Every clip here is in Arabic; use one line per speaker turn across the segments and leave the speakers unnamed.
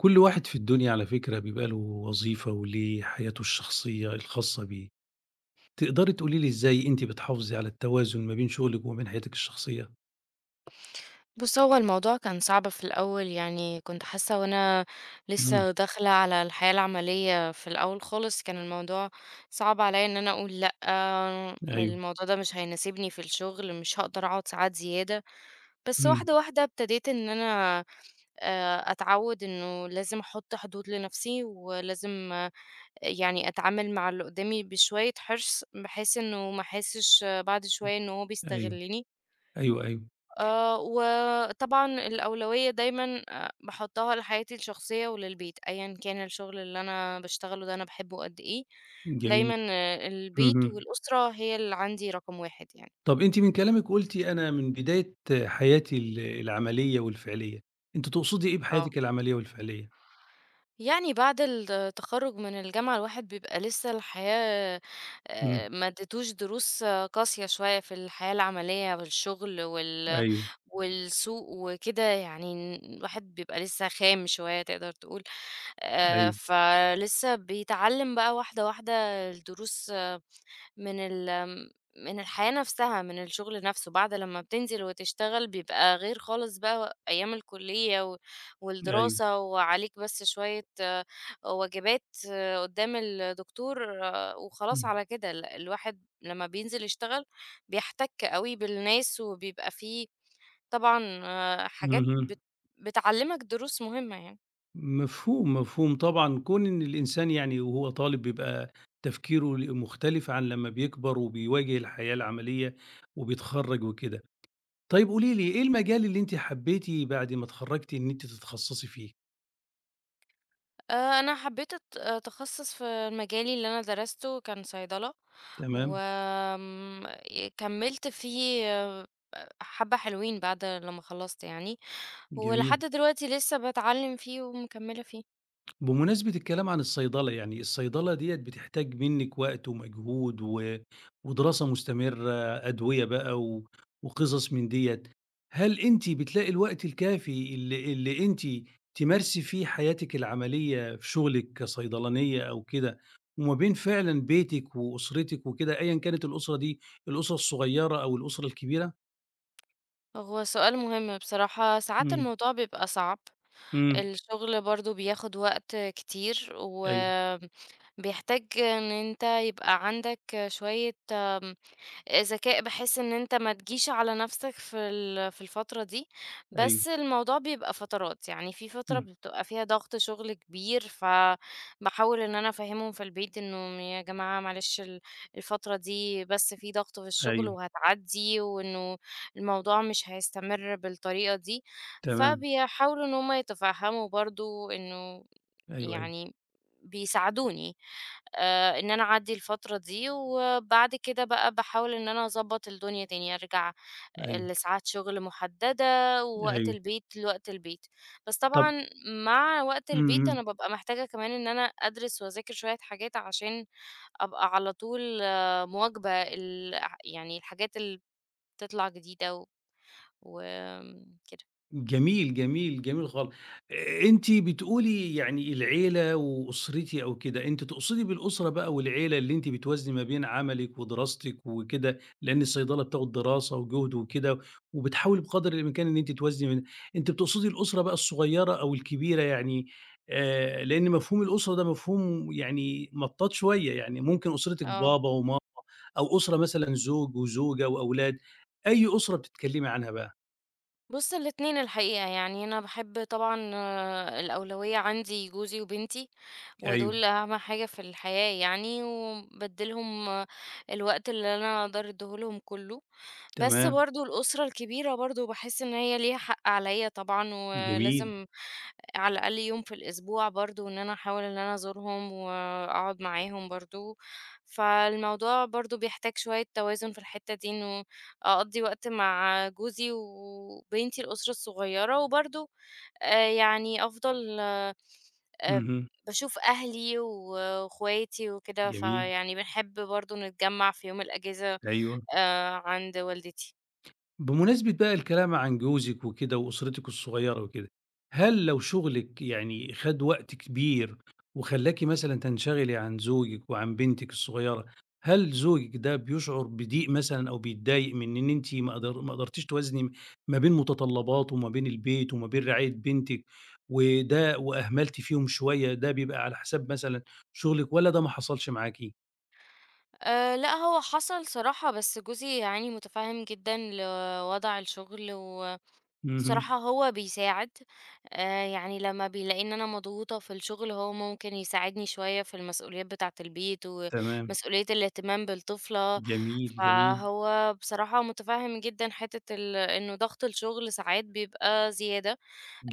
كل واحد في الدنيا على فكرة بيبقى له وظيفة وليه حياته الشخصية الخاصة بيه، تقدري تقولي لي إزاي أنتِ بتحافظي على التوازن ما بين شغلِك وما بين حياتِك الشخصية؟
بُص، هو الموضوع كان صعب في الأول، يعني كنت حاسة وأنا
إمم.
لسه داخلة على الحياة العملية في الأول خالص، كان الموضوع صعب عليّا إن أنا أقول لأ،
أيوه.
الموضوع ده مش هيناسبني في الشغل، مش هاقدر أقعد ساعات زيادة. بس
إمم.
واحدة، واحدة ابتديت إن أنا أتعوِّد إنه لازم أحُط حدود لنفسي ولازم يعني أتعامل مع اللي قُدّامي بشوية حرص، بحيث إنه ما أحسش بعد شوية إن هو
أيوه.
بيستغلّني.
أيوه. أيوه.
وطبعًا الأولوية دايمًا باحطها لحياتي الشخصية وللبيت، أيًا كان الشغل اللي أنا باشتغله ده أنا باحبه قد إيه. دايمًا
جميل.
البيت
اهم.
والأسرة هي اللي عندي رقم 1 يعني.
طب أنتِ من كلامِك قُلتِ أنا من بداية حياتي العملية والفعلية، أنتِ تقصدي إيه
آه.
بحياتِك العملية والفعلية؟
يعني بعد التخرُّج من الجامعة الواحد بيبقى لسه الحياة
إمم.
ما اديتوش دروس قاسية شوية في الحياة العملية والشغل
أيوه.
والسوق وكده، يعني الواحد بيبقى لسه خام شوية تقدر تقول
أيوه.
فلسه بيتعلم بقى واحدة واحدة الدروس من ال من الحياة نفسها، من الشغل نفسه. بعد لما بتنزل وتشتغل بيبقى غير خالص بقى أيام الكلية
أيوه.
والدراسة، وعليك بس شوية واجبات قدام الدكتور وخلاص
إمم.
على كده. الواحد لما بينزل يشتغل بيحتك قوي بالناس وبيبقى فيه طبعًا حاجات
اهم.
بتعلّمك دروس مهمة يعني.
مفهوم، مفهوم طبعًا. كون إن الإنسان يعني وهو طالب بيبقى تفكيره مختلف عن لمّا بيكبر وبيواجه الحياة العملية وبيتخرّج وكده. طيب قولي لي إيه المجال اللي أنتِ حبيتِ بعد ما اتخرّجتِ إن أنتِ تتخصصي فيه؟
أنا حبّيت أتخصّص في مجالي، اللي أنا درسته كان صيدلة،
تمام.
وآمم كمّلت فيه حبّة حلوين بعد لمّا خلّصت يعني، ولحد
جميل.
دلوقتي لسه باتعلّم فيه ومكمّلة فيه.
بمناسبة الكلام عن الصيدلة، يعني الصيدلة ديّة بتحتاج منِّك وقت ومجهود و ودراسة مستمرة، أدوية بقى و وقصص من ديّة، هل أنتِ بتلاقي الوقت الكافي اللي أنتِ تمارسي فيه حياتِك العملية في شغلِك كصيدلانية أو كده، وما بين فعلًا بيتِك وأسرتِك وكده أيًا كانت الأسرة دي، الأسرة الصغيرة أو الأسرة الكبيرة؟
هو سؤال مهم بصراحة. ساعات
إمم.
الموضوع بيبقى صعب،
إمم.
الشغل برضه بياخُد وقت كتير،
أيوه.
وبيحتاج إن أنت يبقى عندك شوية آمم ذكاء بحيث إن أنت ما تجيش على نَفْسك في الفترة دي.
أيوه.
بس الموضوع بيبقى فترات، يعني في فترة
إمم.
بتبقى فيها ضغط شُغل كبير، فباحاول إن أنا أفهّمهم في البيت إنه يا جماعة معلش الفترة دي بس في ضغط في الشُغل
أيوه.
وهتعدّي، وإنه الموضوع مش هيستمر بالطريقة دي،
تمام.
فبيحاولوا إن هم يتفهّموا برضه إنه،
أيوه. أيوه.
يعني بيساعدوني إن أنا أعدّي الفترة دي. وبعد كده بقى باحاول إن أنا أضبّط الدنيا تاني، أرجع
أيوه.
لساعات شغل محددة، ووقت
أيوه.
البيت لوقت البيت. بس
طب.
طبعًا مع وقت
إمم.
البيت أنا
إمم.
بابقى محتاجة كمان إن أنا أدرس وأذاكر شوية حاجات عشان أبقى على طول مواكبة يعني الحاجات اللي بتطلع جديدة و كده.
جميل، جميل، جميل خالص. أنتِ بتقولي يعني العيلة وأسرتي أو كده، أنتِ تقصدي بالأسرة بقى والعيلة اللي أنتِ بتوازني ما بين عملِك ودراستِك وكده، لإن الصيدلة بتاخد دراسة وجهد وكده، وبتحاولي بقدر الإمكان إن أنتِ توازني بين أنتِ بتقصدي الأسرة بقى الصغيرة أو الكبيرة يعني لإن مفهوم الأسرة ده مفهوم يعني مطاط شوية، يعني ممكن أسرتِك
آه.
بابا وماما أو أسرة مثلًا زوج وزوجة وأولاد، أي أسرة بتتكلمي عنها بقى؟
بُص، الاتنين الحقيقة، يعني أنا باحب طبعًا الأولوية عندي جوزي وبنتي،
أيوه.
ودول أهم حاجة في الحياة يعني، وبادّي لهم الوقت اللي أنا أقدر أدّيه لهم كلّه. بس
تمام.
برضه الأسرة الكبيرة برضه باحس إن هي ليها حق عليَّ طبعًا،
جميل.
ولازم على الأقل يوم في الأسبوع برضه، إن أنا أحاول إن أنا أزورهم وأقعد معاهم برضه. فالموضوع برضه بيحتاج شوية توازن في الحتة دي، إنه أقضّي وقت مع جوزي وبنتي الأسرة الصغيرة، وبرضه يعني أفضل
اهم.
باشوف أهلي واخواتي وكده،
جميل.
فيعني بنحب برضه نتجمّع في يوم الأجازة
أيوه.
عند والدتي.
بمناسبة بقى الكلام عن جوزِك وكده وأسرتِك الصغيّرة وكده، هل لو شغلِك يعني خَد وقت كبير وخلّاكِ مثلًا تنشغلي عن زوجِك وعن بنتِك الصغيّرة، هل زوجِك ده بيشعر بضيق مثلًا أو بيتضايق من إن أنتِ ما قدرتيش توازني ما بين متطلباته وما بين البيت وما بين رعاية بنتِك وده وأهملتِ فيهم شوية، ده بيبقى على حساب مثلًا شغلِك والّا ده ما حصلش معاكِ؟
لأ، هو حصل صراحة، بس جوزي يعني مُتفهِّم جدًا لوضع الشغل و
اهم.
بصراحة هو بيساعد يعني لما بيلاقي ان انا مضغوطة في الشغل هو ممكن يساعدني شوية في المسؤوليات بتاعة البيت
تمام.
ومسؤولية الاهتمام بالطفلة.
جميل، جميل،
فهو بصراحة متفهم جدا حتة انه ضغط الشغل ساعات بيبقى زيادة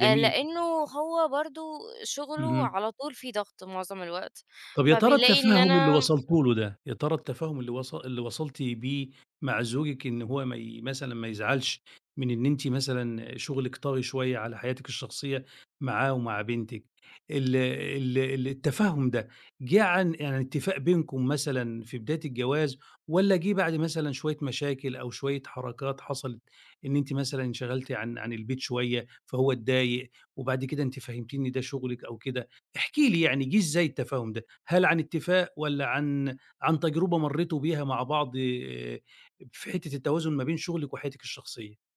لانه هو برضو شغله
اهم.
على طول فيه ضغط معظم الوقت،
طب يا ترى
فبيلاقي ان
التفهُّم اللي
انا.
وصلتوا له ده، يا ترى التفهُّم اللي وصلتِ بيه مع زوجِك إن هو ما ي مثلًا ما يزعلش من إن أنتِ مثلًا شُغلِك طاغي شوية على حياتِك الشخصية معاه ومع بنتِك، ال ال ال التفهُّم ده جِه عن اتفاق بينكم مثلًا في بداية الجواز والّا جِه بعد مثلًا شوية مشاكل أو شوية حركات حصلت إن أنتِ مثلًا انشغلتِ عن البيت شوية فهو اتضايق وبعد كده أنتِ فهمتيه إن ده شُغلِك أو كده؟ احكي لي يعني جِه إزاي التفاهم ده؟ هل عن اتفاق والّا عن تجربة مرّيتوا بيها مع بعض في حتّة التوازن ما بين شغلِك وحياتِك الشخصية؟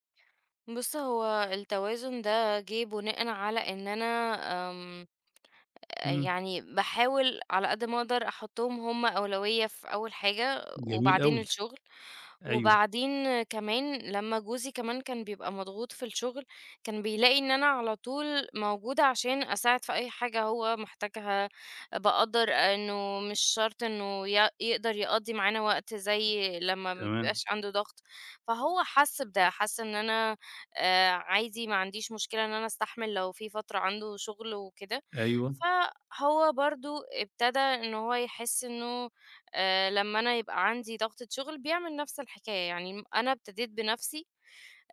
بص، هو التوازن ده جه بناء على ان انا آمم،
إمم.
يعني باحاول على قد ما أقدر أحطّهم هم أولوية في أول حاجة،
جميل
وبعدين
أوي.
الشغل.
أيوه.
وبعدين كمان لمّا جوزي كمان كان بيبقى مضغوط في الشغل، كان بيلاقي إن أنا على طول موجودة عشان أساعد في أي حاجة هو محتاجها، باقدّر إنه مش شرط إنه يقدر يقضّي معانا وقت زي لمّا ما
تمام.
بيبقاش عنده ضغط. فهو حَس بده، حَس إن أنا عادي، ما عنديش مشكلة إن أنا أستحمل لو في فترة عنده شغل وكده.
أيوه.
فهو برضه ابتدى إن هو يحس إنه لمّا أنا يبقى عندي ضغطة شغل بيعمل نفس الحكاية، يعني أنا ابتديت بنفسي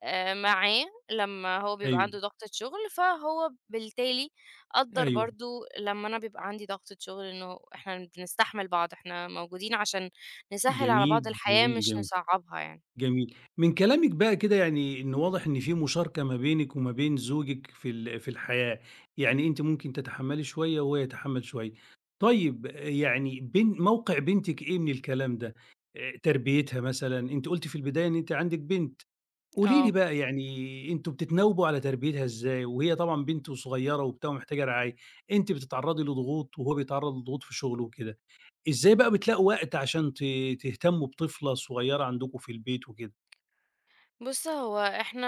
معاه لمّا هو بيبقى
أيوه.
عنده ضغطة شغل، فهو بالتالي قدّر
أيوه.
برضه لمّا أنا بيبقى عندي ضغطة شغل إنه إحنا بنستحمل بعض، إحنا موجودين عشان نسهّل على بعض
جميل،
الحياة
جميل،
مش
جميل،
نصعّبها يعني.
جميل. من كلامِك بقى كده يعني إن واضح إن في مشاركة ما بينِك وما بين زوجِك في الحياة، يعني أنتِ ممكن تتحمّلي شوية وهو يتحمّل شوية. طيب يعني موقِع بنتِك إيه من الكلام ده؟ تربيتها مثلًا، أنتِ قُلتِ في البداية إن أنتِ عندِك بنت. قولي لي
آه.
بقى يعني أنتم بتتناوبوا على تربيتها إزاي؟ وهي طبعًا بنت وصغيّرة وبتاع ومحتاجة رعاية، أنتِ بتتعرّضي لضغوط وهو بيتعرّض لضغوط في شغله وكده، إزاي بقى بتلاقوا وقت عشان تهتمّوا بطفلة صغيّرة عندكم في البيت وكده؟
بُص، هو إحنا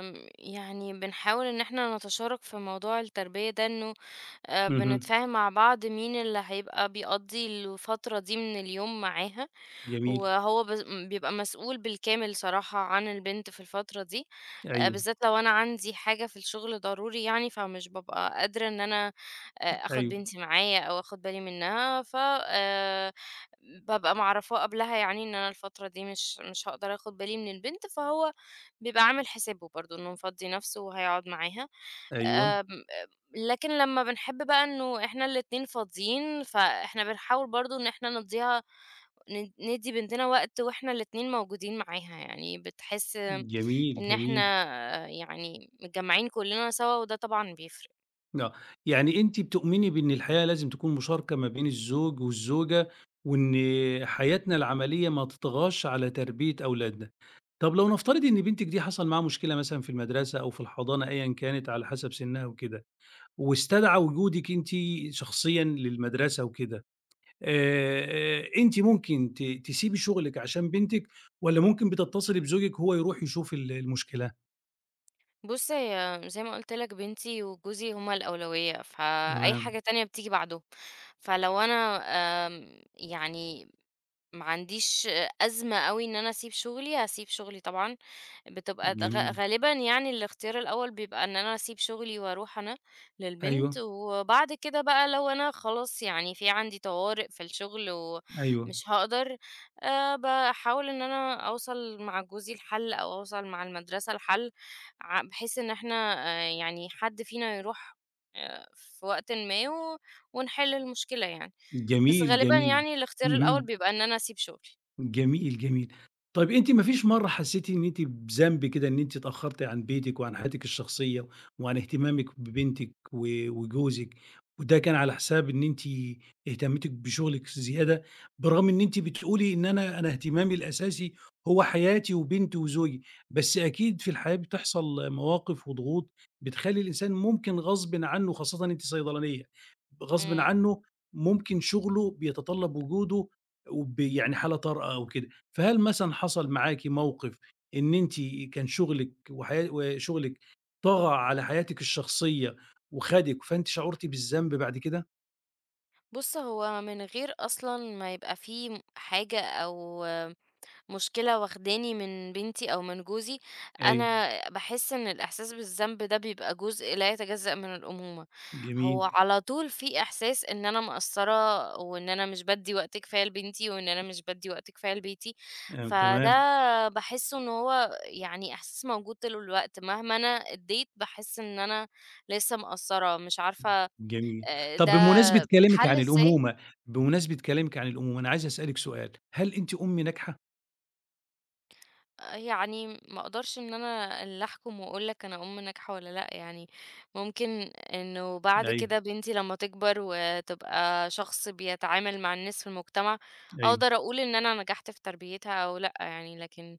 يعني بنحاول إن إحنا نتشارك في موضوع التربية ده، إنه
اهم.
بنتفاهم مع بعض مين اللي هيبقى بيقضّي الفترة دي من اليوم معاها.
جميل.
وهو بز م بيبقى مسؤول بالكامل صراحة عن البنت في الفترة دي،
أيوه.
بالذات لو أنا عندي حاجة في الشغل ضروري يعني، فمش بابقى قادرة إن أنا آخُد
أيوه.
بنتي معايا أو آخُد بالي منّها، ف بابقى معرّفاه قبلها يعني إن أنا الفترة دي مش هاقدر آخُد بالي من البنت، فهو بيبقى عامل حسابه برضه إنه مفضّي نَفْسه وهيقعد معاها.
أيوه.
آمم لكن لمّا بنحب بقى إنه إحنا الاتنين فاضيين، فإحنا بنحاول برضه إن إحنا نقضّيها، ندّي بنتنا وقت وإحنا الاتنين موجودين معاها، يعني بتحس
جميل،
إن إحنا
جميل.
يعني متجمّعين كُلّنا سوا، وده طبعًا بيفرق.
آه، يعني أنتِ بتؤمني بإن الحياة لازم تكون مشاركة ما بين الزوج والزوجة، وإن حياتنا العملية ما تطغاش على تربية أولادنا. طب لو نفترض إن بنتِك دي حصل معاها مشكلة مثلًا في المدرسة أو في الحضانة أيًا كانت على حسب سنها وكده، واستدعى وجودِك أنتِ شخصيًا للمدرسة وكده، آآ، أنتِ ممكن تسيبي شغلِك عشان بنتِك، والّا ممكن بتتصلي بزوجِك هو يروح يشوف المشكلة؟
بُص، هي زي ما قُلت لك بنتي وجوزي هُم الأولوية، فأي
تمام.
حاجة تانية بتيجي بعدهم. فلو أنا يعني ما عنديش أزمة أوي إن أنا أسيب شُغلي، هاسيب شُغلي طبعًا. بتبقى د غ
جميل.
غالبًا يعني الاختيار الأول بيبقى إن أنا أسيب شغلي وأروح أنا للبنت.
أيوه.
وبعد كده بقى لو أنا خلاص يعني في عندي طوارئ في الشغل
أيوه.
ومش هاقدر، باحاول إن أنا أوصل مع جوزي لحل أو أوصل مع المدرسة لحل، بحيث إن إحنا يعني حد فينا يروح في وقتٍ ما و ونحل المشكلة يعني، بس
جميل،
غالبًا
جميل.
يعني الاختيار الأول
اهم.
بيبقى إن أنا أسيب شغلي.
جميل، جميل. طيب أنتِ ما فيش مرّة حسّيتِ إن أنتِ بذنب كده إن أنتِ اتأخّرتِ عن بيتِك وعن حياتِك الشخصية وعن اهتمامِك ببنتِك و وجوزِك، وده كان على حساب إن أنتِ اهتمّيتِ بشغلِك زيادة، برغم إن أنتِ بتقولي إن أنا اهتمامي الأساسي هو حياتي وبنتي وزوجي، بس أكيد في الحياة بتحصل مواقف وضغوط بتخلّي الإنسان ممكن غصبٍ عنّه خاصةً أنتِ صيدلانية، غصبٍ
إمم.
عنّه ممكن شغله بيتطلّب وجوده يعني حالة طارئة أو كده، فهل مثلًا حصل معاكِ موقف إن أنتِ كان شغلِك وشغلِك طغى على حياتِك الشخصية وخدِك، فأنتِ شعرتِ بالذنب بعد كده؟
بُص، هو من غير أصلًا ما يبقى في حاجة أو مشكلة واخداني من بنتي أو من جوزي،
أيوه.
أنا باحس إن الإحساس بالذنب ده بيبقى جزء لا يتجزأ من الأمومة.
جميل.
هو على طول في إحساس إن أنا مقصّرة وإن أنا مش بادّي وقت كفاية لبنتي وإن أنا مش بادّي وقت كفاية لبيتي،
آه.
فده
تمام.
باحسّه إن هو يعني إحساس موجود طول الوقت مهما أنا أدّيت باحس إن أنا لسّه مقصّرة، مش عارفة
جميل. طب
ده بيتحل إزاي؟
بمناسبة كلامِك عن الأمومة، أنا عايز أسألِك سؤال، هل أنتِ أم ناجحة؟
يعني ما اقدرش ان انا اللي احكم واقول لك انا ام ناجحه ولا لا يعني، ممكن انه بعد
أيوه.
كده بنتي لما تكبر وتبقى شخص بيتعامل مع الناس في المجتمع
أيوه.
اقدر اقول ان انا نجحت في تربيتها او لا يعني. لكن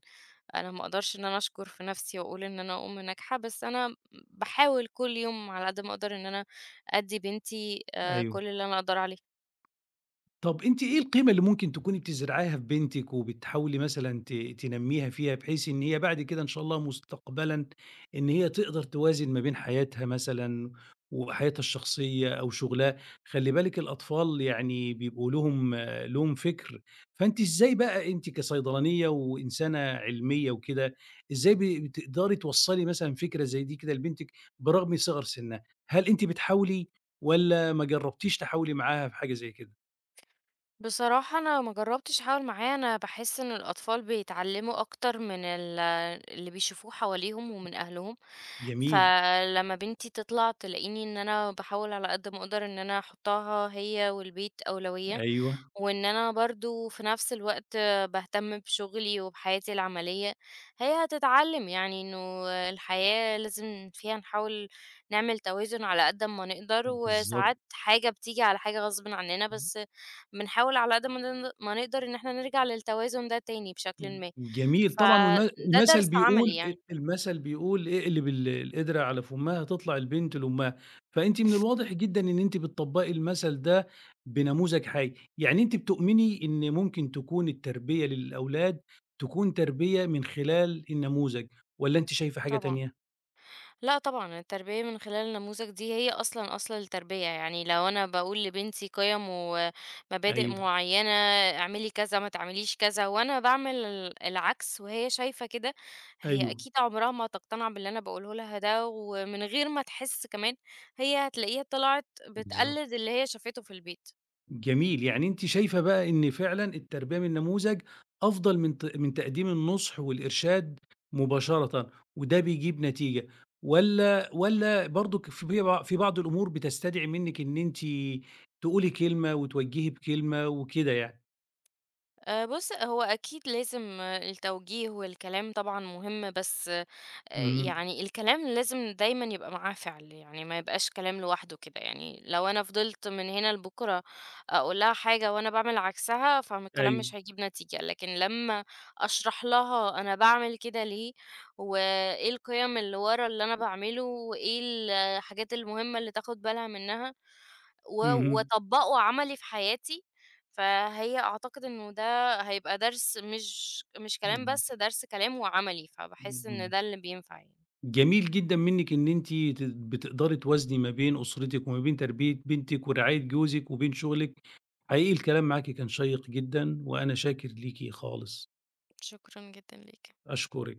انا ما اقدرش ان انا اشكر في نفسي واقول ان انا ام ناجحه، بس انا بحاول كل يوم على قد ما اقدر ان انا ادي بنتي
أيوه.
كل اللي انا اقدر عليه.
طب أنتِ إيه القيمة اللي ممكن تكوني بتزرعيها في بنتِك وبتحاولي مثلًا تنمّيها فيها، بحيث إن هي بعد كده إن شاء الله مستقبلًا إن هي تقدر توازن ما بين حياتها مثلًا وحياتها الشخصية أو شغلها، خلّي بالِك الأطفال يعني بيبقوا لهم فكر، فأنتِ إزاي بقى أنتِ كصيدلانية وإنسانة علمية وكده، إزاي بتقدري توصّلي مثلًا فكرة زي دي كده لبنتِك برغم صغر سنها؟ هل أنتِ بتحاولي والّا ما جرّبتيش تحاولي معاها في حاجة زي كده؟
بصراحة أنا ما جربتش أحاول معاه، أنا باحس إن الأطفال بيتعلموا أكتر من اللي بيشوفوه حواليهم ومن أهلهم،
جميل.
فلما بنتي تطلع تلاقيني إن أنا باحاول على قد ما أقدر إن أنا أحطها هي والبيت أولوية.
أيوه،
وإن أنا برضه في نفس الوقت باهتم بشغلي وبحياتي العملية، هي هتتعلم يعني إنه الحياة لازم فيها نحاول نعمل توازن على قد ما نقدر،
بالضبط.
وساعات حاجة بتيجي على حاجة غصب عننا، بس بنحاول على قد ما ما نقدر إن احنا نرجع للتوازن ده تاني بشكل ما،
جميل طبعًا
فده درس عملي يعني.
المثل بيقول اقلب القدرة على فمها تطلع البنت لأمها، فأنتِ من الواضح جدًا إن أنتِ بتطبّقي المثل ده بنموذج حي، يعني أنتِ بتؤمني إن ممكن تكون التربية للأولاد تكون تربية من خلال النموذج والّا أنتِ شايفة حاجة
طبعا.
تانية؟
لأ طبعًا، التربية من خلال النموذج دي هي أصلًا أصل التربية. يعني لو أنا باقول لبنتي قِيَم ومبادئ
أيوه.
معيّنة، اعملي كذا، ما تعمليش كذا، وأنا باعمل العكس وهي شايفة كده، هي
أيوه.
أكيد عمرها ما هتقتنع باللي أنا باقوله لها ده، ومن غير ما تحس كمان هي هتلاقيها طلعت
بالضبط.
بتقلد اللي هي شافته في البيت.
جميل، يعني أنتِ شايفة بقى إن فعلًا التربية من النموذج أفضل من من تقديم النُصح والإرشاد مباشرةً، وده بيجيب نتيجة، والّا برضُك في بعض الأمور بتستدعي منِّك إن أنتِ تقولي كلمة وتوجّهي بكلمة وكده يعني؟
بُص، هو أكيد لازم التوجيه والكلام طبعًا مهم، بس
اهم.
يعني الكلام لازم دايمًا يبقى معاه فعل، يعني ما يبقاش كلام لوحده كده. يعني لو أنا فضلت من هنا لبكرة أقول لها حاجة وأنا باعمل عكسها، فالكلام
أيوه.
مش هيجيب نتيجة. لكن لمّا أشرح لها أنا باعمل كده ليه، وإيه القيم اللي ورا اللي أنا باعمله، وإيه الحاجات المهمة اللي تاخد بالها منها، و
اهم.
واطبّقه عملي في حياتي، فهي أعتقد إنه ده هيبقى درس مش كلام بس، درس كلام وعملي، فباحس إن ده اللي بينفع يعني.
جميل جدًا منِّك إن أنتِ بتقدري توازني ما بين أسرتِك وما بين تربية بنتِك ورعاية جوزِك وبين شغلِك حقيقي الكلام معاكِ كان شيّق جدًا، وأنا شاكر ليكِ خالص،
شكرًا جدًا ليك.
أشكرِك.